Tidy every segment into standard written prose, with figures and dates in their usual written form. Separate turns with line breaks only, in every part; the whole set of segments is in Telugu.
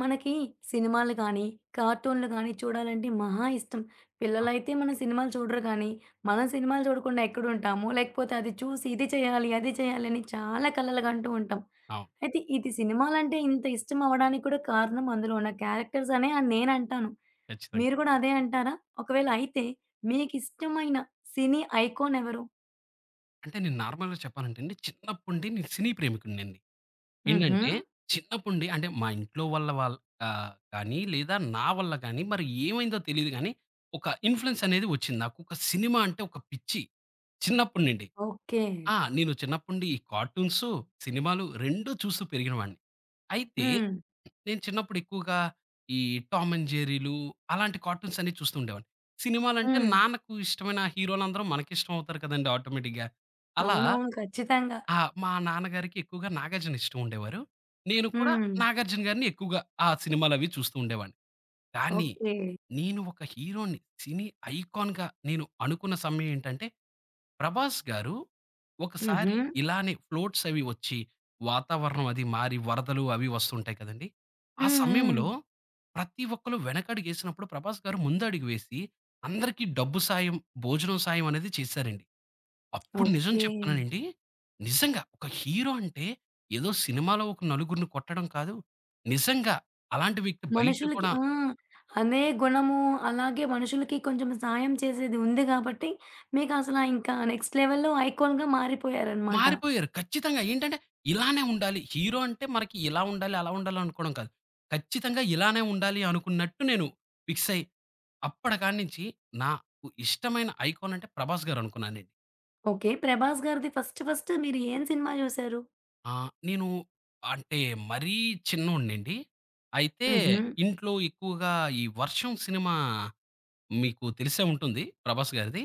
మనకి సినిమాలు కానీ, కార్టూన్‌లు కానీ చూడాలంటే మహా ఇష్టం.
అవును.
పిల్లలైతే మన సినిమాలు చూడరు కానీ, మనం సినిమాలు చూడకుండా ఎక్కడుంటాము? లేకపోతే అది చూసి ఇది చేయాలి, అది చేయాలి అని చాలా కలలు కంటూ ఉంటాం.
అవును.
అయితే ఇది సినిమాలంటే ఇంత ఇష్టం అవ్వడానికి కూడా కారణం అందులో ఉన్న క్యారెక్టర్స్ అనే అని నేనంటాను.
ఖచ్చితంగా.
మీరు కూడా అదే అంటారా? ఒకవేళ అయితే మీకిష్టమైన సినీ ఐకాన్ ఎవరు?
అంటే నేను నార్మల్‌గా చెప్పాలంటే అండి, చిన్నప్పటి నేను సినీ ప్రేమికుడినండి.
హుహు.
ఏంటంటే, చిన్నప్పటి అంటే మా ఇంట్లో వాళ్ళ వాళ్ళ కానీ లేదా నా వల్ల కానీ మరి ఏమైందో తెలీదు గానీ, ఒక ఇన్‌ఫ్లూయెన్స్ అనేది వచ్చింది. నాకు ఒక సినిమా అంటే ఒక పిచ్చి చిన్నప్పటి నుండి.
ఓకే.
నేను చిన్నప్పటి ఈ కార్టూన్సు, సినిమాలు 2 చూస్తూ పెరిగినవాడిని. అయితే
హ్మ్.
నేను చిన్నప్పుడు ఎక్కువగా ఈ టామ్ అండ్ జెర్రీలు అలాంటి కార్టూన్స్ అన్నీ చూస్తూ ఉండేవాడిని. సినిమాలంటే
హ్మ్.
నాన్నకు ఇష్టమైన హీరోలందరూ మనకిష్టం అవుతారు కదండీ ఆటోమేటిక్‌గా. అలా
అవునవును. ఖచ్చితంగా.
ఆ! మా నాన్నగారికి ఎక్కువగా 'నాగార్జున' ఇష్టం ఉండేవారు. నేను కూడా
హ్మ్.
'నాగార్జున' గారిని ఎక్కువగా ఆ సినిమాలవి చూస్తూ ఉండేవాడిని. కానీ
ఓకే.
నేను ఒక హీరోని, సినీ ఐకాన్‌గా నేను అనుకున్న సమయం ఏంటంటే ప్రభాస్ గారు
హుహు.
ఒకసారి ఇలానే ఫ్లోట్స్ అవి వచ్చి, వాతావరణం అది మారి వరదలు అవి వస్తుంటాయి కదండీ! ఆ
హ్మ్. హ్మ్.
సమయంలో ప్రతి ఒక్కళ్ళు వెనకడుగేసినప్పుడు ప్రభాస్ గారు ముందడుగు వేసి అందరికీ డబ్బు సాయం, భోజనం సాయం అనేది చేశారండి. అప్పుడు నిజం
ఓకే.
చెప్తానండి, నిజంగా ఒక హీరో అంటే ఏదో సినిమాలో ఒక నలుగురిని కొట్టడం కాదు. నిజంగా అలాంటి వ్యక్తి బయట
మనుషులకి
కూడా
ఆ! అదే గుణము, అలాగే మనుషులకి కొంచెం సాయం చేసేది ఉంది గాబట్టి, మీకసలా ఇంకా నెక్స్ట్ లెవెల్‌లో ఐకాన్‌గా మారిపోయారనమాట.
మారిపోయారు. ఖచ్చితంగా. ఏంటంటే ఇలానే ఉండాలి. హీరో అంటే మనకి ఇలా ఉండాలి, అలా ఉండాలి అనుకోవడం కాదు. ఖచ్చితంగా ఇలానే ఉండాలి అనుకున్నట్టు నేను ఫిక్స్ అయ్యి, అప్పటికాడి నుంచి నాకు ఇష్టమైన ఐకాన్ అంటే 'ప్రభాస్' గారు అనుకున్నానండి.
ఓకే. 'ప్రభాస్' గారిది ఫస్ట్ ఫస్ట్ మీరు ఏం సినిమా జూసారు?
నేను అంటే మరీ చిన్నోడినండి. అయితే
హుహు.
ఇంట్లో ఎక్కువగా ఈ 'వర్షం' సినిమా మీకు తెలిసే ఉంటుంది 'ప్రభాస్' గారిది.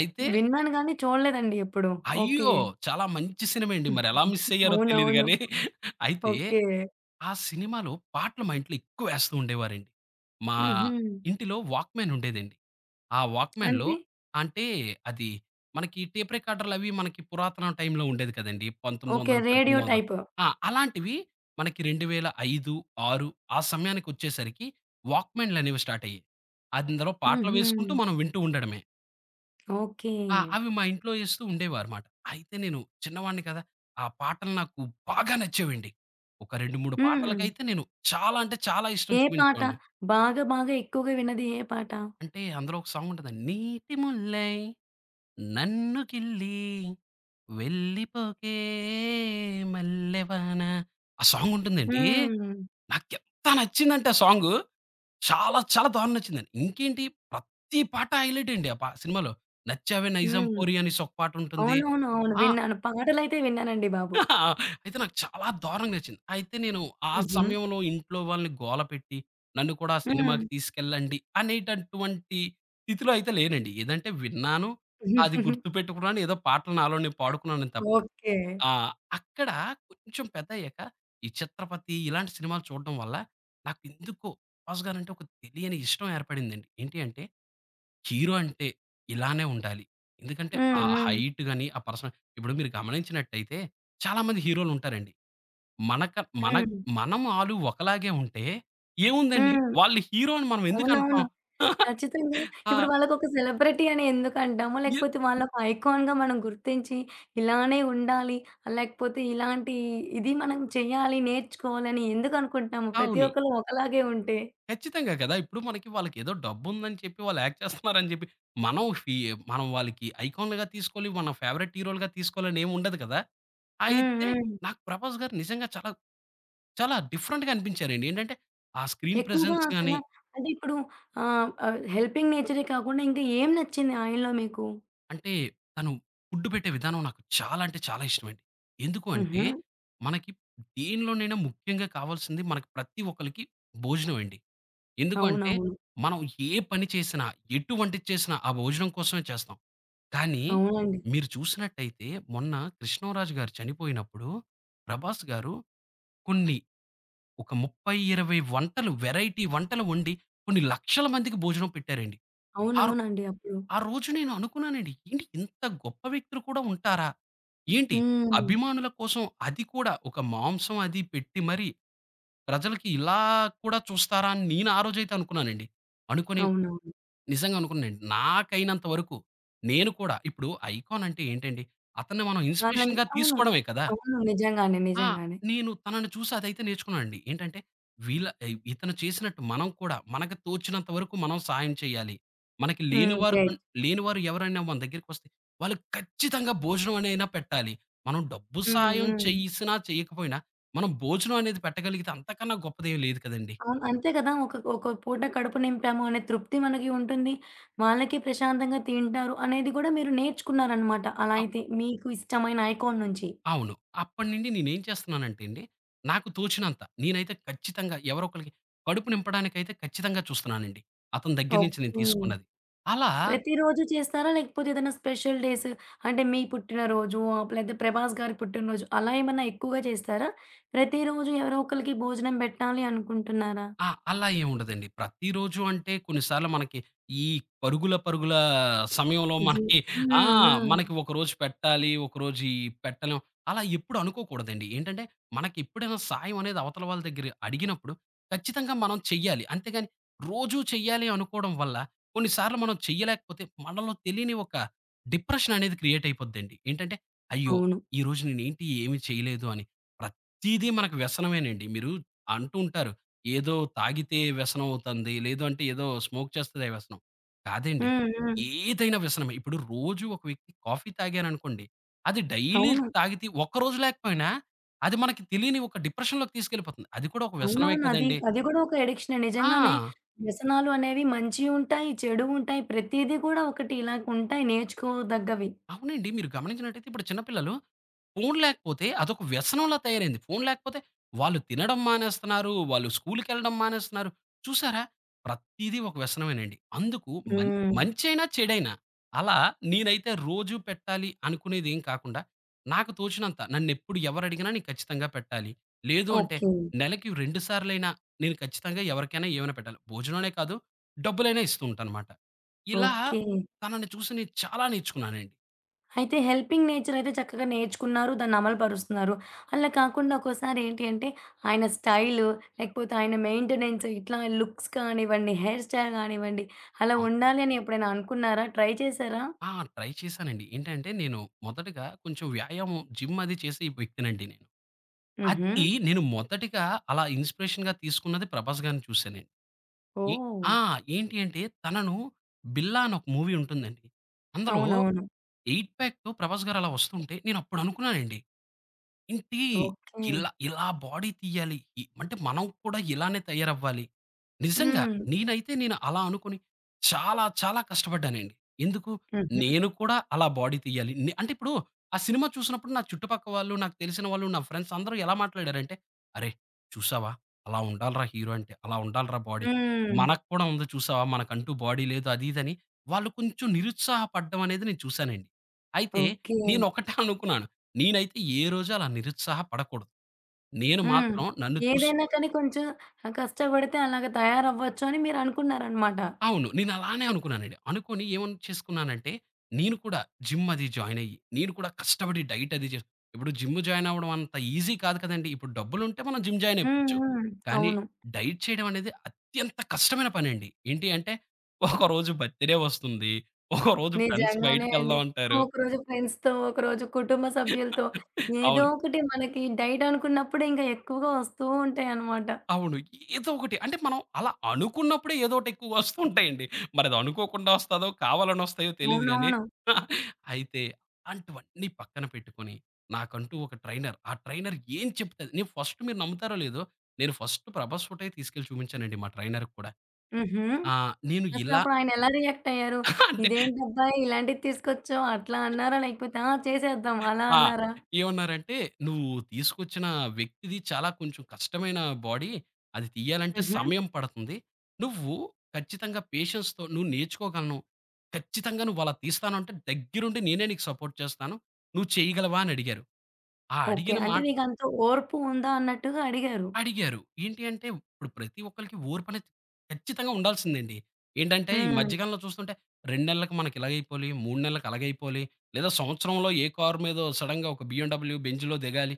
అయితే
విన్నాను గానీ చూడలేదండి ఎప్పుడు. ఓకే.
అయ్యో! చాలా మంచి సినిమా అండి. మరెలా మిస్ అయ్యారో తెలీదు
అవునవును.
గానీ అయితే
ఓకే.
ఆ సినిమాలో పాటలు మా ఇంట్లో ఎక్కువ వేస్తూ ఉండేవారండి. మా
హుహు.
ఇంటిలో వాక్‌మ్యాన్ ఉండేదండి. ఆ వాక్‌మ్యాన్‌లో
అంటే
అంటే అది మనకి టేప్ రికార్డర్‌లవి మనకి పురాతన టైంలో ఉండేది కదండీ!
ఓకే.
1900,
radio
1800
type.
అలాంటివి మనకి 2005, 6 ఆ సమయానికొచ్చేసరికి వాక్‌మ్యాన్‌లనేవి స్టార్ట్ అయ్యాయి. అందులో పాటలు
హుహు.
వేసుకుంటూ మనం వింటూ ఉండడమే.
ఓకే.
అవి మా ఇంట్లో ఏస్తూ ఉండేవారుమాట. అయితే నేను చిన్నవాడిని కదా! ఆ పాటలు నాకు బాగా నచ్చేవండి. ఒక 2, 3
హ్మ్.
పాటలకైతే నేను చాలా అంటే చాలా ఇష్టం
ఏ పాట
చూపించేవాడిని.
బాగా బాగా ఎక్కువగా విన్నది ఏ పాట?
అంటే అందులో ఒక సాంగ్ ఉంటదండి. నీటి ముల్లై నన్ను గిల్లి వెళ్ళిపోకే మల్లెవాన ఆ సాంగ్ ఉంటుందండి.
హ్మ్.
నాకెంత నచ్చిందంటే ఆ సాంగు చాలా చాలా దారుణంగా నచ్చిందండి. ఇంకేంటి ప్రతి పాట హైలైట్ అండి ఆ పా సినిమాలో. 'నచ్చావే నైజాం
హ్మ్.
పోరి' అనేసి ఒక పాట ఉంటుంది.
అవునవును. అవును.
ఆ!
విన్నాను. పాటలైతే విన్నానండి బాబు.
ఆ! అయితే నాకు చాలా దారుణంగా నచ్చింది. అయితే నేను ఆ
హుహు.
సమయంలో ఇంట్లో వాళ్ళని గోలపెట్టి, నన్ను కూడా ఆ
హ్మ్.
సినిమాకి తీసుకెళ్ళండి అనేటటువంటి స్థితిలో అయితే లేనండి. ఏదంటే విన్నాను, అది గుర్తుపెట్టుకున్నాను, ఏదో పాటలు నాలో నేను పాడుకున్నాను తప్ప.
ఓకే.
ఆ! అక్కడ కొంచెం పెద్దయ్యాక ఈ 'ఛత్రపతి' ఇలాంటి సినిమాలు చూడడం వల్ల నాకెందుకో 'ప్రభాస్' గారంటే ఒక తెలియని ఇష్టం ఏర్పడిందండి. ఏంటి అంటే హీరో అంటే ఇలానే ఉండాలి. ఎందుకంటే
హ్మ్.
ఆ
హ్మ్.
హైట్ గాని, ఆ పర్సనా ఇప్పుడు మీరు గమనించినట్టయితే చాలామంది హీరోలుంటారండి. మనక మన
హ్మ్.
మనం ఆలు ఒకలాగే ఉంటే ఏముందండి
హ్మ్.
వాళ్ళు హీరో అని మనం ఎందుకు అంటాం?
అవునవును. ఖచ్చితంగా.
ఆ!
ఇప్పుడు వాళ్ళకొక సెలబ్రిటీ అని ఎందుకంటామో,
ఎ
లేకపోతే వాళ్ళొక ఐకాన్‌గా మనం గుర్తించి, ఇలానే ఉండాలి, లేకపోతే ఇలాంటి ఇది మనం చేయాలి, నేర్చుకోవాలని ఎందుకనుకుంటాము? ప్రతి
అవును.
ఒక్కళ్ళు ఒకలాగే ఉంటే.
ఖచ్చితంగా కదా! ఇప్పుడు మనకి వాళ్ళకేదో డబ్బుందని చెప్పి వాళ్ళు యాక్ట్ చేస్తున్నారని చెప్పి మనం ఫి మనం వాళ్ళకి ఐకాన్‌లుగా తీసుకోవాలి, మన ఫేవరెట్ హీరోలుగా తీసుకోవాలని ఏముండదు కదా!
హ్మ్.
అయితే
హ్మ్.
నాకు 'ప్రభాస్' గారు నిజంగా చాలా చాలా డిఫరెంట్‌గా అనిపించారండి. ఏంటంటే, ఆ స్క్రీన్
ఎక్కువగా
ప్రెజెన్స్
అసల
గాని,
అంటే ఇప్పుడు ఆహ్, ఆహ్, హెల్పింగ్ నేచరే కాకుండా ఇంకా ఏం నచ్చింది ఆయనలో మీకు?
అంటే తను ఫుడ్ పెట్టే విధానం నాకు చాలా అంటే చాలా ఇష్టమండి. ఎందుకు అంటే,
హుహు.
మనకి దేనిలోనైనా ముఖ్యంగా కావాల్సింది మనకి ప్రతి ఒక్కళ్ళకి భోజనం అండి. ఎందుకు అంటే,
అవునవును.
మనం ఏ పని చేసినా, ఎటు వంటిది చేసినా ఆ భోజనం కోసమే చేస్తాం. కానీ,
అవునండి.
మీరు చూసినట్టయితే మొన్న 'కృష్ణంరాజు' గారు చనిపోయినప్పుడు 'ప్రభాస్' గారు కొన్ని ఒక 30, 20 వంటలు వెరైటీ వంటలు వండి కొన్ని లక్షల మందికి భోజనం పెట్టారండి. ఆ రో
అవునవునండి. అప్పుడు
ఆ రోజు నేను అనుకున్నానండి. ఏంటి ఇంత గొప్ప వ్యక్తులు కూడా ఉంటారా? ఏంటి
హ్మ్.
అభిమానుల కోసం అది కూడా ఒక మాంసం అది పెట్టి మరి ప్రజలకి ఇలా కూడా చూస్తారా అని నేను ఆ రోజైతే అనుకున్నానండి. అనుకుని
అవునవును.
నిజంగా అనుకున్నానండి. నాకైనంత వరకు నేను కూడా ఇప్పుడు ఐకాన్ అంటే ఏంటండి? అతన్ని మనం
వాళ్ళని
ఇన్స్‌పిరేషన్‌గా
అవును.
తీసుకోవడమే కదా!
అవును. నిజంగానే.
ఆ!
నిజంగానే.
నేను తనని చూసి అదైతే నేర్చుకున్నానండి. ఏంటంటే వీళ్ళ ఇతను చేసినట్టు మనం కూడా మనకు తోచినంత వరకు మనం సాయం చేయాలి. మనకి
హ్మ్.
లేనివారు
గ్రేట్.
కన్ లేనివారు ఎవరైనా మన దగ్గరికొస్తే వాళ్ళకి ఖచ్చితంగా భోజనం అనైనా పెట్టాలి. మనం డబ్బు
హ్మ్.
సాయం
హ్మ్.
చేసినా చేయకపోయినా మనం భోజనం అనేది పెట్టగలిగితే అంతకన్నా గొప్పదేం లేదు కదండీ!
అవును. అంతే కదా! ఒక ఒక పూట కడుపు నింపాము అనే తృప్తి మనకి ఉంటుంది. వాళ్ళకి ప్రశాంతంగా తింటారు అనేది కూడా మీరు నేర్చుకున్నారనమాట. అలా
అవ్
అయితే మీకు ఇష్టమైన ఐకాన్ నుంచి.
అవును. అప్పటినుండి నేనేం చేస్తున్నానంటే అండి, నాకు తోచినంత నేనైతే ఖచ్చితంగా ఎవరో ఒకళ్ళకి కడుపు నింపడానికైతే ఖచ్చితంగా చూస్తున్నానండి. అతని దగ్గర నుంచి నేను
ఓకే.
తీసుకున్నది. అలా
ప్రతిరోజు చేస్తారా? లేకపోతే ఏదైనా స్పెషల్ డేస్ అంటే మీ పుట్టినరోజు లేతే ప్రభాస్ గారి పుట్టినరోజు అలా ఏమన్నా ఎక్కువగా చేస్తారా? ప్రతిరోజు ఎవరో ఒకళ్ళకి భోజనం పెట్టాలి అనుకుంటున్నారా?
అలా ఏముండదండి. ప్రతిరోజు అంటే కొన్నిసార్లు మనకి ఈ పరుగుల, పరుగుల సమయంలో
జీ
మనకి
హ్మ్.
ఆ!
హ్మ్.
మనకి ఒకరోజు పెట్టాలి, ఒకరోజు ఈ పెట్టలేం. అలా ఎప్పుడు అనుకోకూడదండి. ఏంటంటే మనకి ఎప్పుడైనా సాయం అనేది అవతల వాళ్ళ దగ్గర అడిగినప్పుడు ఖచ్చితంగా మనం చెయ్యాలి. అంతేగాని రోజూ చెయ్యాలి అనుకోవడం వల్ల కొన్నిసార్లు మనం చెయ్యలేకపోతే మనలో తెలియని ఒక డిప్రెషన్ అనేది క్రియేట్ అయిపోద్దండి. ఏంటంటే అయ్యో!
అవును.
ఈరోజు నేనేంటి ఏమి చేయలేదు అని. ప్రతీదీ మనకు వ్యసనమేనండి. మీరు అంటూ ఉంటారు. ఏదో తాగితే వ్యసనం అవుతుంది. లేదు అంటే ఏదో స్మోక్ చేస్తదే వ్యసనం. కాదండి.
హ్మ్. హ్మ్.
ఏదైనా వ్యసనమే. ఇప్పుడు రోజు ఒక వ్యక్తి కాఫీ తాగారనుకోండి. అది డైలీ
అవును.
తాగితే ఒక్కరోజు లేకపోయినా అది మనకి తెలియని ఒక డిప్రెషన్‌లోకి తీసుకెళ్ళిపోతుంది. అది కూడా ఒక వ్యసనమే
అవునవును. అది
కదండీ!
అది కూడా ఒక ఎడిక్షనే. నిజంగానే
ఆ!
వ్యసనాలు అనేవి మంచియి ఉంటాయి, చెడు ఉంటాయి. ప్రతీది కూడా ఒకటి ఇలాగ ఉంటాయి నేర్చుకోదగ్గవి.
అవునండి. మీరు గమనించినట్టయితే ఇప్పుడు చిన్న పిల్లలు ఫోను లేకపోతే అదొక వ్యసనంలా తయారైంది. ఫోను లేకపోతే వాళ్ళు తినడం మానేస్తున్నారు. వాళ్ళు స్కూలుకెళ్ళడం మానేస్తున్నారు. చూసారా? ప్రతీదీ ఒక వ్యసనమేనండి. అందుకు మం
హ్మ్.
మంచైనా, చెడైనా అలా నేనైతే రోజూ పెట్టాలి అనుకునేదేం కాకుండా, నాకు తోచినంత నన్నెప్పుడు ఎవరడిగినా నేను ఖచ్చితంగా పెట్టాలి. లేదు అంటే
ఓకే.
నెలకి 2 సార్లైనా నేను ఖచ్చితంగా ఎవరికైనా ఏమైనా పెట్టాలి. భోజనమనే కాదు, డబ్బులైనా ఇస్తూ ఉంటానమాట. ఇలా
ఓకే.
తనని చూసి నేను చాలా నేర్చుకున్నానండి.
అయితే హెల్పింగ్ నేచర్ అయితే చక్కగా నేర్చుకున్నారు. దాన్ని అమలు పరుస్తున్నారు. అలా కాకుండా ఒక్కోసారి ఏంటి అంటే ఆయన స్టైలు, లేకపోతే ఆయన మెయింటెనెన్స్ ఇట్లా లుక్స్ కానివ్వండి, హెయిర్ స్టైల్ కానివ్వండి, అలా ఉండాలి అని ఎప్పుడైనా అనుకున్నారా? ట్రై చేశారా?
ట్రై చేశానండి. ఏంటంటే నేను మొదటగా కొంచెం వ్యాయామం జిమ్ అది చేసే వ్యక్తినండి నేను.
హుహు.
అది నేను మొదటిగా అలా ఇన్‌స్పిరేషన్‌గా తీసుకున్నది 'ప్రభాస్' గారిని చూసానండి. ఎ
ఓహ్!
ఆ! ఏంటి అంటే తనను 'బిల్లా' అని ఒక మూవీ ఉంటుందండి. అందులో
అవునవును.
8 ప్యాక్‌తో 'ప్రభాస్' గారు అలా వస్తుంటే నేనప్పుడు అనుకున్నానండి. ఏంటి
ఓకే.
ఇలా ఇలా బాడీ తీయాలి. అంటే మనం కూడా ఇలానే తయారవ్వాలి. నిజంగా
హ్మ్.
నేనైతే నేను అలా అనుకుని చాలా చాలా కష్టపడ్డానండి. ఎందుకు
హుహు.
నేను కూడా అలా బాడీ తీయాలి. అంటే ఇప్పుడు ఆ సినిమా చూసినప్పుడు నా చుట్టుపక్క వాళ్ళు, నాకు తెలిసిన వాళ్ళు, నా ఫ్రెండ్స్ అందరూ ఎలా మాట్లాడారంటే, "అరే! చూసావా అలా ఉండాలిరా హీరో అంటే. అలా ఉండాలిరా బాడీ.
హ్మ్.
మనకు కూడా ఉంది చూసావా మనకంటూ బాడీ లేదు." అది ఇది అని వాళ్ళు కొంచెం నిరుత్సాహపడ్డం అనేది నేను చూశానండి. అయితే
ఓకే.
నేను ఒకటే అనుకున్నాను. నేనైతే ఏ రోజు అలా నిరుత్సాహపడకూడదు. నేను
హ్మ్.
మాత్రం నన్ను చూసి
ఏదైనా కానీ కొంచెం కష్టపడితే అలాగ తయారవ్వచ్చు అని మీరు అనుకున్నారనమాట.
అవును. నేనలానే అనుకున్నానండి. అనుకోని ఏమని చేసుకున్నానంటే, నేను కూడా జిమ్ అది జాయిన్ అయ్యి, నేను కూడా కష్టపడి డైట్ అది చేసి ఇప్పుడు జిమ్ జాయిన్ అవ్వడం అంత ఈజీ కాదు కదండీ! ఇప్పుడు డబ్బులుంటే మనం జిమ్ జాయిన్
హ్మ్.
అయిపోవచ్చు.
హ్మ్.
కానీ
అవును.
డైట్ చేయడం అనేది అత్యంత కష్టమైన పనండి. ఏంటి అంటే, ఒకరోజు బర్త్‌డే వస్తుంది. ఒకరోజు ఫ్రెండ్స్
నిజంగానే అండి.
బయటికెళ్దాం అంటారు.
ఒకరోజు ఫ్రెండ్స్‌తో, ఒకరోజు కుటుంబ సభ్యులతో ఏదో
అవును.
ఒకటి మనకి డైట్ అనుకున్నప్పుడే ఇంకా ఎక్కువగా వస్తూ ఉంటాయన్నమాట.
అవును. ఏదో ఒకటి. అంటే మనం అలా అనుకున్నప్పుడే ఏదోటి ఎక్కువ వస్తుంటాయండి. మరది అనుకోకుండా వస్తదో, కావాలని వస్తాయో తెలీదు గానీ.
అవునవును.
అయితే అలాంటివన్నీ పక్కన పెట్టుకొని, నాకంటూ ఒక ట్రైనర్. ఆ ట్రైనర్ ఏం చెప్తే అది నేను ఫస్ట్ మీరు నమ్ముతారో లేదో, నేను ఫస్ట్ 'ప్రభాస్' ఫోటోయే తీసుకెళ్ళి చూపించానండి మా ట్రైనర్‌కి కూడా.
హుహు.
నేను ఇలా
అసలప్పుడు ఆయన ఎలా రియాక్ట్ అయ్యారు?
అంటే
ఇదేంటబ్బాయి ఇలాంటివి తీసుకొచ్చావు అట్లా అన్నారా? లేకపోతే ఆ! చేసేద్దాం అలా
ఆ!
అన్నారా?
ఏమన్నారంటే, "నువ్వు తీసుకొచ్చిన వ్యక్తిది చాలా కొంచెం కష్టమైన బాడీ. అది తీయాలంటే
హుహు.
సమయం పడుతుంది. నువ్వు ఖచ్చితంగా పేషెన్స్‌తో నువ్వు నేర్చుకోగలను. ఖచ్చితంగా నువ్వు అలా తీస్తాను అంటే దగ్గరుండి నేనే నీకు సపోర్ట్ చేస్తాను. నువ్వు చేయగలవా?" అని అడిగారు. ఆ
ఓకే.
అడిగిన
అంటే
మాట
నీకంత ఓర్పు ఉందా అన్నట్టుగా అడిగారు.
అడిగారు. ఏంటి అంటే, ఇప్పుడు ప్రతి ఒక్కళ్ళకి ఓర్పనేది ఖచ్చితంగా ఉండాల్సిందండి. ఏంటంటే, ఈ
హ్మ్.
మధ్యకాలంలో చూస్తుంటే 2 నెలలకి మనకి ఇలాగైపోవాలి, 3 నెలలకి అలాగైపోవాలి, లేదా సంవత్సరంలో ఏ కారు మీదో సడెన్‌గా ఒక బీఎండబ్ల్యూ, బెంజ్‌లో దిగాలి.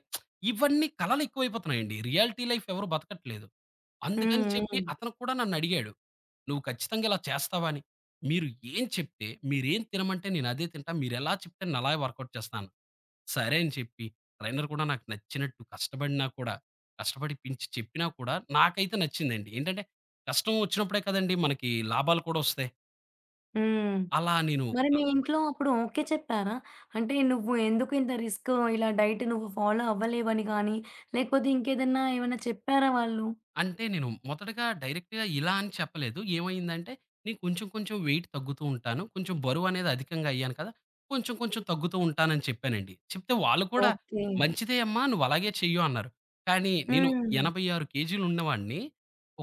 ఇవన్నీ కలలు ఎక్కువైపోతున్నాయండి. రియాలిటీ లైఫ్ ఎవరు బతకట్లేదు. అందుకని
హ్మ్.
చెప్పి
హ్మ్.
అతను కూడా నన్నడిగాడు. "నువ్వు ఖచ్చితంగా ఇలా చేస్తావా" అని. "మీరు ఏం చెప్తే, మీరేం తినమంటే నేనదే తింటా. మీరెలా చెప్తే నేనలాగే వర్కౌట్ చేస్తాను." సరే అని చెప్పి ట్రైనర్ కూడా నాకు నచ్చినట్టు కష్టపడినా కూడా, కష్టపడి పెంచి చెప్పినా కూడా నాకైతే నచ్చిందండి. ఏంటంటే, కష్టం వచ్చినప్పుడే కదండీ మనకి లాభాలు కూడా ఒస్తాయి.
హ్మ్.
అలా నేను
మరి మీ ఇంట్లో అప్పుడు ఓకే చెప్పారా? అంటే నువ్వు ఎందుకు ఇంత రిస్క్ ఇలా డైట్ నువ్వు ఫాలో అవ్వలేవని గాని, లేకపోతే ఇంకేదన్నా ఏమన్నా చెప్పారా వాళ్ళు?
అంటే నేను మొదటగా డైరెక్ట్‌గా ఇలా అని చెప్పలేదు. ఏమైందంటే నేను కొంచెం కొంచెం వెయిట్ తగ్గుతూ ఉంటాను. కొంచెం బరువనేది అధికంగా అయ్యాను కదా! కొంచెం కొంచెం తగ్గుతూ ఉంటానని చెప్పానండి. చెప్తే వాళ్ళు కూడా
ఓకే.
"మంచిదే అమ్మా! నువ్వు అలాగే చెయ్యు" అన్నారు. కానీ నేను
హ్మ్.
86 కేజీలు ఉన్నవాడిని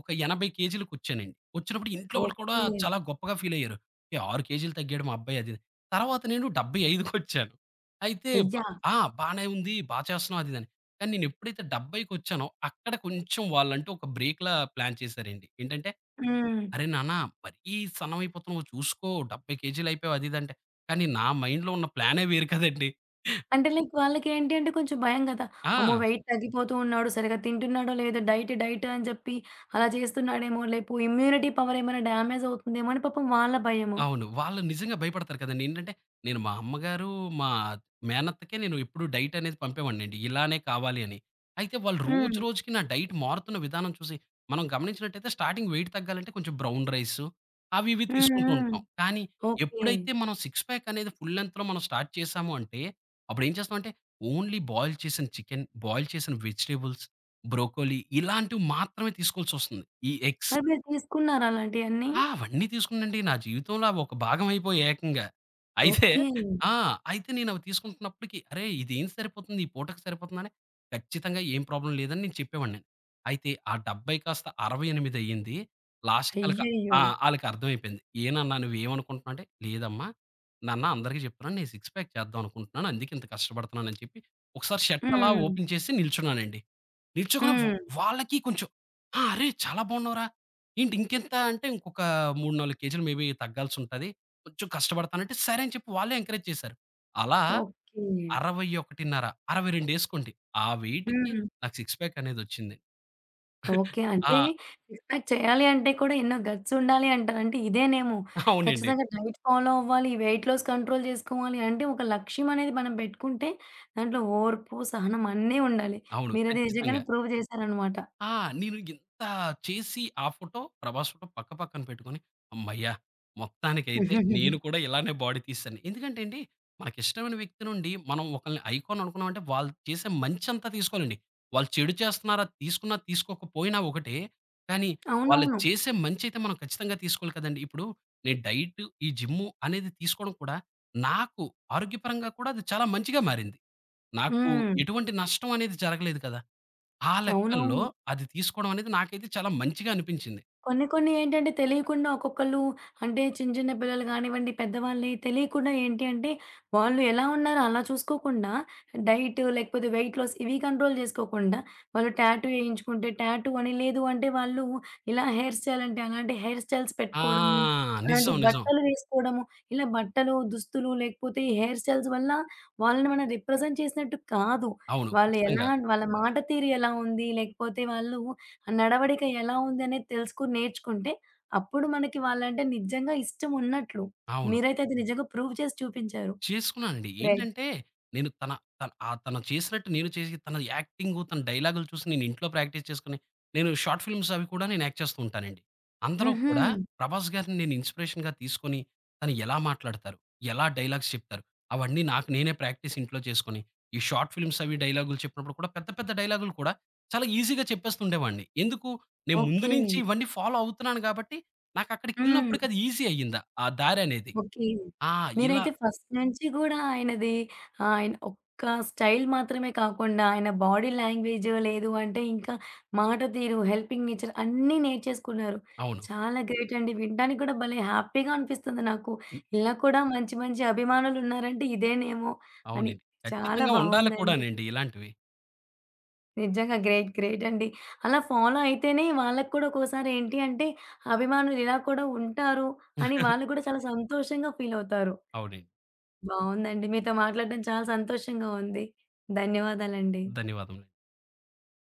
ఒక 80 కేజీలకొచ్చానండి. వచ్చినప్పుడు ఇంట్లో వాళ్ళు కూడా
ఓకే.
చాలా గొప్పగా ఫీల్ అయ్యారు. "ఏ 6 కేజీలు తగ్గాడు మా అబ్బాయి" అది ఇది. తర్వాత నేను 75కొచ్చాను. అయితే బ
అయ్యా!
ఆ! బానే ఉంది. బా చేస్తున్నావు అది ఇదని. కానీ నేనెప్పుడైతే 70కొచ్చానో, అక్కడ కొంచెం వాళ్ళంటూ ఒక బ్రేక్‌లా ప్లాన్ చేశారండి. ఏంటంటే,
హ్మ్.
"అరే నాన్న! మరీ సన్నమైపోతున్నావు చూసుకో 70 కేజీలయిపోయావు" అది ఇది అంటే, కానీ నా మైండ్‌లో ఉన్న ప్లానే వేరు కదండీ.
అంటే లైక్ వాళ్ళకేంటి అంటే కొంచెం భయం గదా!
ఆ!
అమ్మో! వెయిట్ తగ్గిపోతూ ఉన్నాడు. సరిగ్గా తింటున్నాడో లేదో డైట్ డైట్ అని చెప్పి అలా చేస్తున్నాడేమో, లేపు ఇమ్యూనిటీ పవర్ ఏమైనా డ్యామేజ్ అవుతుందేమో అని పాపం వాళ్ళ భయము.
అవును. వాళ్ళు నిజంగా భయపడతారు కదండీ! ఏంటంటే, నేను మా అమ్మగారు, మా మేనత్తకే నేను ఎప్పుడు డైట్ అనేది పంపేవాడినండి. ఇలానే కావాలి అని. అయితే వాళ్ళు రోజు
హ్మ్.
రోజుకి నా డైట్ మారుతున్న విధానం చూసి మనం గమనించినట్టయితే స్టార్టింగ్ వెయిట్ తగ్గాలంటే కొంచెం బ్రౌన్ రైసు అవి ఇవి
హ్మ్.
తీసుకుంటూ
హ్మ్.
ఉంటాం. కానీ
ఓకే.
ఎప్పుడైతే మనం సిక్స్ ప్యాక్ అనేది ఫుల్ లెంగ్త్‌లో మనం స్టార్ట్ చేశాము అంటే, అప్పుడేం చేస్తామంటే ఓన్లీ బాయిల్ చేసిన చికెన్, బాయిల్ చేసిన వెజిటబుల్స్, బ్రోకోలీ ఇలాంటివి మాత్రమే తీసుకోవాల్సొస్తుంది. ఈ ఎగ్స్
మరి మీరు తీసుకున్నారా అలాంటియన్నీ?
అవన్నీ తీసుకున్నానండి. నా జీవితంలో అవొక భాగమైపోయాయి ఏకంగా. అయితే
ఓకే.
ఆ! అయితే నేనవి తీసుకుంటున్నప్పటికి, అరేయ్! ఇదేం సరిపోతుంది, ఈ పూటకి సరిపోతుందని ఖచ్చితంగా ఏం ప్రాబ్లమ్ లేదని నేను చెప్పేవాడిని. అయితే ఆ 70 కాస్త 68 అయ్యింది. లాస్ట్‌కి ఆళ్ళకి
అయ్యయ్యో!
ఆ! ఆళ్ళకి అర్థమైపోయింది. "ఏ నాన్న నువ్వేమనుకుంటున్నావు" అంటే, "లేదమ్మా, నాన్న అందరికీ చెప్తున్నాను నేను సిక్స్ ప్యాక్ చేద్దాం అనుకుంటున్నాను. అందుకే ఇంత కష్టపడుతున్నాను" అని చెప్పి, ఒకసారి షర్ట్ అలా
హ్మ్.
ఓపెన్ చేసి నిల్చున్నానండి. నిల్చోగానే వ
హ్మ్.
వాళ్ళకి కొంచెం "ఆ! అరే! చాలా బాగున్నావురా! ఏంటి ఇంకెంత" అంటే ఇంకొక 3, 4 కేజీలు మేబీ తగ్గాల్సుంటది. కొంచెం కష్టపడతానంటే, సరే అని చెప్పి వాళ్ళే ఎంకరేజ్ చేశారు. అలా
ఓకే.
61.5, 62 ఏసుకోండి. ఆ వెయిట్‌కి
హ్మ్.
నాకు సిక్స్ ప్యాక్ అనేదొచ్చింది.
ఓకే. అంటే
ఆ!
సిక్స్ ప్యాక్ చేయాలి అంటే కూడా ఎన్నో గట్స్ ఉండాలి అంటారు. అంటే ఇదేనేమో
అవునండి.
ఖచ్చితంగా డైట్ ఫాలో అవ్వాలి, వెయిట్ లాస్ కంట్రోల్ చేసుకోవాలి అంటే ఒక లక్ష్యం అనేది మనం పెట్టుకుంటే దాంట్లో ఓర్పు, సహనం అన్నీ ఉండాలి.
అవును.
మీరది
ఖచ్చితంగా.
నిజంగానే ప్రూవ్ చేశారనమాట.
ఆ! నేను ఇంత చేసి ఆ ఫోటో, ప్రభాస్ ఫోటో పక్క పక్కన పెట్టుకొని, హమ్మయ్య! మొత్తానికైతే నేను కూడా ఇలానే బాడీ తీసేసాను. ఎందుకంటే అండి, మనకిష్టమైన వ్యక్తి నుండి మనం ఒకళ్ళని ఐకాన్ అనుకున్నామంటే, వాళ్ళు చేసే మంచంతా తీసుకోవాలండి. వాళ్ళు చెడు చేస్తున్నారా తీసుకున్నా, తీసుకోకపోయినా ఒకటే. కానీ వాళ్ళు
అవునవును.
చేసే మంచయితే మనం ఖచ్చితంగా తీసుకోవాలి కదండీ! ఇప్పుడు నేను డైట్, ఈ జిమ్ము అనేది తీసుకోవడం కూడా నాకు ఆరోగ్యపరంగా కూడా అది చాలా మంచిగా మారింది. నాకు
హ్మ్.
ఎటువంటి నష్టం అనేది జరగలేదు కదా! ఆ లెక్కల్లో
అవునవును.
అది తీసుకోవడం అనేది నాకైతే చాలా మంచిగా అనిపించింది.
కొన్ని కొన్ని ఏంటంటే తెలియకుండా ఒక్కొక్కళ్ళు అంటే చిన్న చిన్న పిల్లలు కానివ్వండి, పెద్దవాళ్ళే తెలియకుండా ఏంటి అంటే వాళ్ళు ఎలా ఉన్నారో అలా చూసుకోకుండా డైట్ లేకపోతే వెయిట్ లాస్ ఇవి కంట్రోల్ చేసుకోకుండా వాళ్ళు టాటూ ఏయించుకుంటే టాటూ అని, లేదు అంటే వాళ్ళు ఇలా హెయిర్ స్టైల్ అంటే అలాంటి హెయిర్ స్టైల్స్
ఆ!
పెట్టుకోవడము, అలాంటి
నిజం. నిజం.
బట్టలు వేసుకోవడము, ఇలా బట్టలు, దుస్తులు లేకపోతే ఈ హెయిర్ స్టైల్స్ వల్ల వాళ్ళని మనం రిప్రజెంట్ చేసినట్టు కాదు.
అవును.
వాళ్ళు ఎలా
ఖచ్చితంగా.
వాళ్ళ మాట తీరు ఎలా ఉంది లేకపోతే వాళ్ళు నడవడిక ఎలా ఉందనేది తెలుసుకొని నేర్చుకుంటే, అప్పుడు మనకి వాళ్ళంటే నిజంగా ఇష్టం ఉన్నట్లు.
అవును.
మీరైతే అది నిజంగా ప్రూవ్ చేసి చూపించారు.
చేసుకున్నానండి.
గ్రేట్.
ఏంటంటే, నేను తన తన ఆహ్, తను చేసినట్టు నేను చేసి, తన యాక్టింగు, తన డైలాగులు చూసి నేను ఇంట్లో ప్రాక్టీస్ చేసుకొని, నేను షార్ట్ ఫిల్మ్స్ అవి కూడా నేను యాక్ట్ చేస్తూ ఉంటానండి. అందులో
హుహు.
కూడా 'ప్రభాస్' గారిని నేను ఇన్‌స్పిరేషన్‌గా తీసుకొని, తను ఎలా మాట్లాడతారు? ఎలా డైలాగ్స్ చెప్తారు? అవన్నీ నాకు నేనే ప్రాక్టీస్ ఇంట్లో చేసుకొని, ఈ షార్ట్ ఫిల్మ్స్ అవి డైలాగులు చెప్పినప్పుడు కూడా పెద్ద పెద్ద డైలాగులు కూడా చాలా ఈజీగా చెప్పేస్తుండేవాడిని. ఎందుకు? నేను ముందు
ఓకే.
నుంచి ఇవన్నీ ఫాలో అవుతున్నాను కాబట్టి,
హ్మ్.
నాకక్కడికెళ్ళినప్పటికి అది ఈజీ అయ్యిందా ఆ దారనేది.
ఓకే.
ఆ! ఇలా
మీరైతే ఫస్ట్ నుంచి గూడా ఆయనది ఆయన ఒక్క స్టైల్ మాత్రమే కాకుండా, ఆయన బాడీ లాంగ్వేజ్ లేదు అంటే, ఇంకా మాట తీరు, హెల్పింగ్ నేచర్ అన్నీ నేర్చేసుకున్నారు.
అవును.
చాలా గ్రేట్ అండి. వినడానికి కూడా భలే హ్యాపీగా అనిపిస్తుంది నాకు. ఇలా కూడా మంచి మంచి అభిమానులున్నారంటే ఇదేనేమో అని.
అవునండి.
చాలా
ఖచ్చితంగా ఉండాలి
బావుందండి.
కూడానండి ఇలాంటివి.
నిజంగా గ్రేట్, గ్రేట్ అండి. అలా ఫాలో అయితేనే వాళ్ళకి కూడా ఒక్కోసారి ఏంటి అంటే, అభిమానులు ఇలా కూడా ఉంటారు అని వాళ్ళు కూడా చాలా సంతోషంగా ఫీలవుతారు.
అవునండి.
బావుందండి. మీతో మాట్లాడడం చాలా సంతోషంగా ఉంది. ధన్యవాదాలండి.
ధన్యవాదములు.